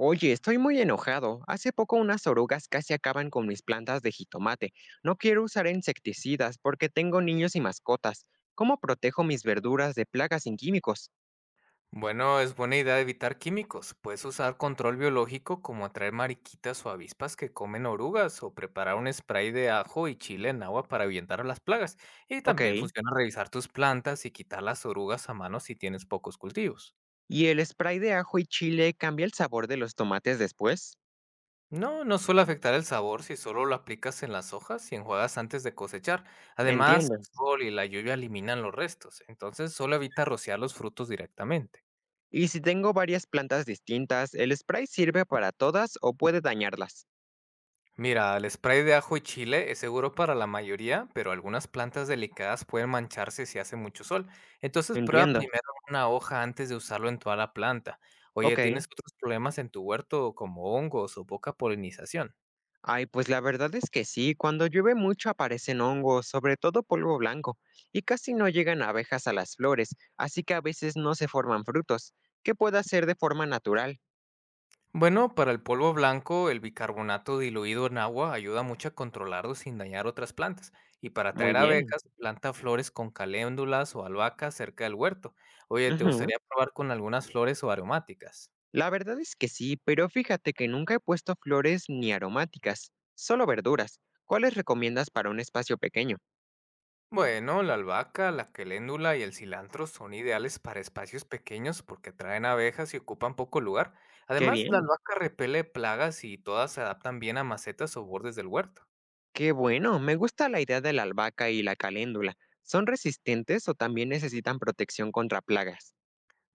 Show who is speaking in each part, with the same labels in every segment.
Speaker 1: Oye, estoy muy enojado. Hace poco unas orugas casi acaban con mis plantas de jitomate. No quiero usar insecticidas porque tengo niños y mascotas. ¿Cómo protejo mis verduras de plagas sin químicos?
Speaker 2: Bueno, es buena idea evitar químicos. Puedes usar control biológico como atraer mariquitas o avispas que comen orugas o preparar un spray de ajo y chile en agua para ahuyentar a las plagas. Y también
Speaker 1: Ok.
Speaker 2: funciona revisar tus plantas y quitar las orugas a mano si tienes pocos cultivos.
Speaker 1: ¿Y el spray de ajo y chile cambia el sabor de los tomates después?
Speaker 2: No, no suele afectar el sabor si solo lo aplicas en las hojas y enjuagas antes de cosechar. Además, el
Speaker 1: Entiendo.
Speaker 2: sol y la lluvia eliminan los restos, entonces solo evita rociar los frutos directamente.
Speaker 1: ¿Y si tengo varias plantas distintas, el spray sirve para todas o puede dañarlas?
Speaker 2: Mira, el spray de ajo y chile es seguro para la mayoría, pero algunas plantas delicadas pueden mancharse si hace mucho sol. Entonces prueba
Speaker 1: Entiendo.
Speaker 2: primero una hoja antes de usarlo en toda la planta. Oye,
Speaker 1: Ok.
Speaker 2: ¿tienes otros problemas en tu huerto como hongos o poca polinización?
Speaker 1: Ay, pues la verdad es que sí, cuando llueve mucho aparecen hongos, sobre todo polvo blanco, y casi no llegan abejas a las flores, así que a veces no se forman frutos, que puede hacer de forma natural.
Speaker 2: Bueno, para el polvo blanco, el bicarbonato diluido en agua ayuda mucho a controlarlo sin dañar otras plantas. Y para
Speaker 1: Muy
Speaker 2: atraer
Speaker 1: bien.
Speaker 2: abejas, planta flores con caléndulas o albahaca cerca del huerto. Oye, ¿te
Speaker 1: Ujú.
Speaker 2: gustaría probar con algunas flores o aromáticas?
Speaker 1: La verdad es que sí, pero fíjate que nunca he puesto flores ni aromáticas, solo verduras. ¿Cuáles recomiendas para un espacio pequeño?
Speaker 2: Bueno, la albahaca, la caléndula y el cilantro son ideales para espacios pequeños porque atraen abejas y ocupan poco lugar.
Speaker 1: Qué
Speaker 2: Además, la
Speaker 1: bien,
Speaker 2: albahaca repele plagas y todas se adaptan bien a macetas o bordes del huerto.
Speaker 1: qué bueno, me gusta la idea de la albahaca y la caléndula. ¿Son resistentes o también necesitan protección contra plagas?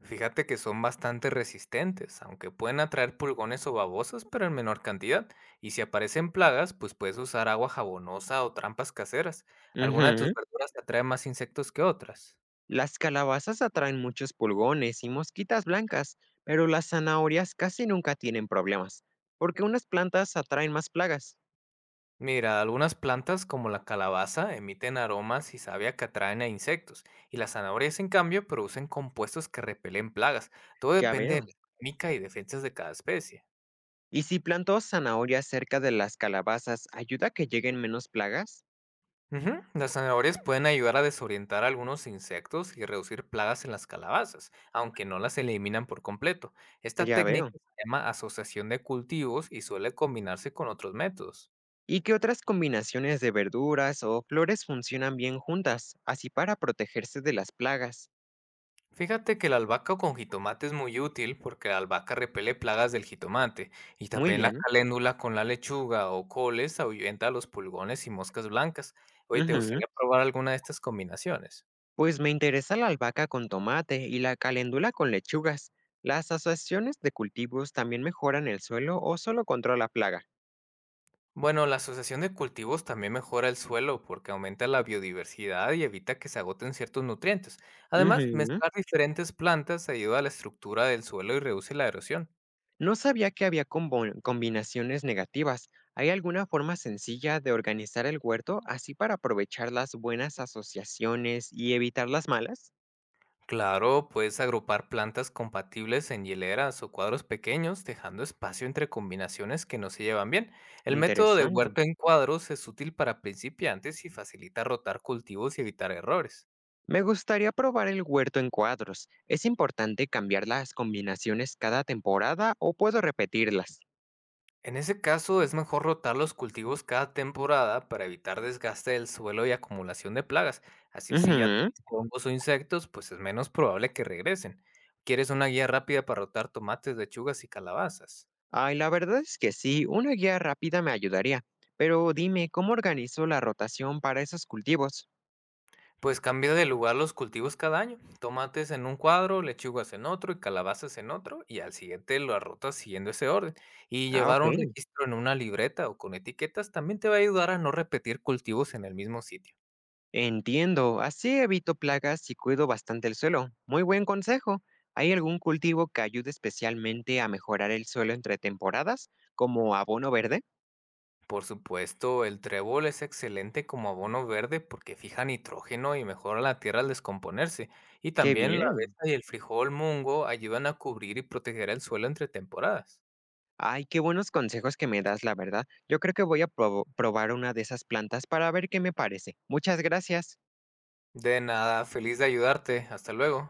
Speaker 2: Fíjate que son bastante resistentes, aunque pueden atraer pulgones o babosas, pero en menor cantidad. Y si aparecen plagas, pues puedes usar agua jabonosa o trampas caseras. ¿Alguna de tus
Speaker 1: Ujú.
Speaker 2: verduras te atrae más insectos que otras?
Speaker 1: Las calabazas atraen muchos pulgones y mosquitas blancas, pero las zanahorias casi nunca tienen problemas, porque unas plantas atraen más plagas.
Speaker 2: Mira, algunas plantas como la calabaza emiten aromas y savia que atraen a insectos, y las zanahorias, en cambio, producen compuestos que repelen plagas. Todo
Speaker 1: Ya
Speaker 2: depende de
Speaker 1: veo.
Speaker 2: la química y defensas de cada especie.
Speaker 1: ¿Y si planto zanahorias cerca de las calabazas, ayuda a que lleguen menos plagas?
Speaker 2: Ujú, las zanahorias pueden ayudar a desorientar a algunos insectos y reducir plagas en las calabazas, aunque no las eliminan por completo. Esta
Speaker 1: Ya
Speaker 2: técnica
Speaker 1: veo.
Speaker 2: se llama asociación de cultivos y suele combinarse con otros métodos.
Speaker 1: ¿Y qué otras combinaciones de verduras o flores funcionan bien juntas, así para protegerse de las plagas?
Speaker 2: Fíjate que la albahaca con jitomate es muy útil porque la albahaca repele plagas del jitomate y
Speaker 1: Muy
Speaker 2: también la
Speaker 1: bien.
Speaker 2: caléndula con la lechuga o coles ahuyenta los pulgones y moscas blancas. Oye, ¿te
Speaker 1: Ujú.
Speaker 2: gustaría probar alguna de estas combinaciones?
Speaker 1: Pues me interesa la albahaca con tomate y la caléndula con lechugas. ¿Las asociaciones de cultivos también mejoran el suelo o solo controla plaga?
Speaker 2: Bueno, la asociación de cultivos también mejora el suelo porque aumenta la biodiversidad y evita que se agoten ciertos nutrientes. Además,
Speaker 1: Ujú.
Speaker 2: mezclar diferentes plantas ayuda a la estructura del suelo y reduce la erosión.
Speaker 1: No sabía que había combinaciones negativas. ¿Hay alguna forma sencilla de organizar el huerto así para aprovechar las buenas asociaciones y evitar las malas?
Speaker 2: Claro, puedes agrupar plantas compatibles en hileras o cuadros pequeños, dejando espacio entre combinaciones que no se llevan bien. El método de
Speaker 1: Interesante.
Speaker 2: huerto en cuadros es útil para principiantes y facilita rotar cultivos y evitar errores.
Speaker 1: Me gustaría probar el huerto en cuadros. ¿Es importante cambiar las combinaciones cada temporada o puedo repetirlas?
Speaker 2: En ese caso, es mejor rotar los cultivos cada temporada para evitar desgaste del suelo y acumulación de plagas. Así si ya
Speaker 1: Ujú.
Speaker 2: tuviste hongos o insectos, pues es menos probable que regresen. ¿Quieres una guía rápida para rotar tomates, lechugas y calabazas?
Speaker 1: Ay, la verdad es que sí, una guía rápida me ayudaría, pero dime, ¿cómo organizo la rotación para esos cultivos?
Speaker 2: Pues cambia de lugar los cultivos cada año. Tomates en un cuadro, lechugas en otro y calabazas en otro, y al siguiente lo arrotas siguiendo ese orden. Y
Speaker 1: Ah,
Speaker 2: llevar un
Speaker 1: ok.
Speaker 2: registro en una libreta o con etiquetas también te va a ayudar a no repetir cultivos en el mismo sitio.
Speaker 1: Entiendo, así evito plagas y cuido bastante el suelo. Muy buen consejo. ¿Hay algún cultivo que ayude especialmente a mejorar el suelo entre temporadas, como abono verde?
Speaker 2: Por supuesto, el trébol es excelente como abono verde porque fija nitrógeno y mejora la tierra al descomponerse. Y
Speaker 1: Qué
Speaker 2: también la avena
Speaker 1: bien.
Speaker 2: y el frijol mungo ayudan a cubrir y proteger el suelo entre temporadas.
Speaker 1: Ay, qué buenos consejos que me das, la verdad. Yo creo que voy a probar una de esas plantas para ver qué me parece. Muchas gracias.
Speaker 2: De nada, feliz de ayudarte. Hasta luego.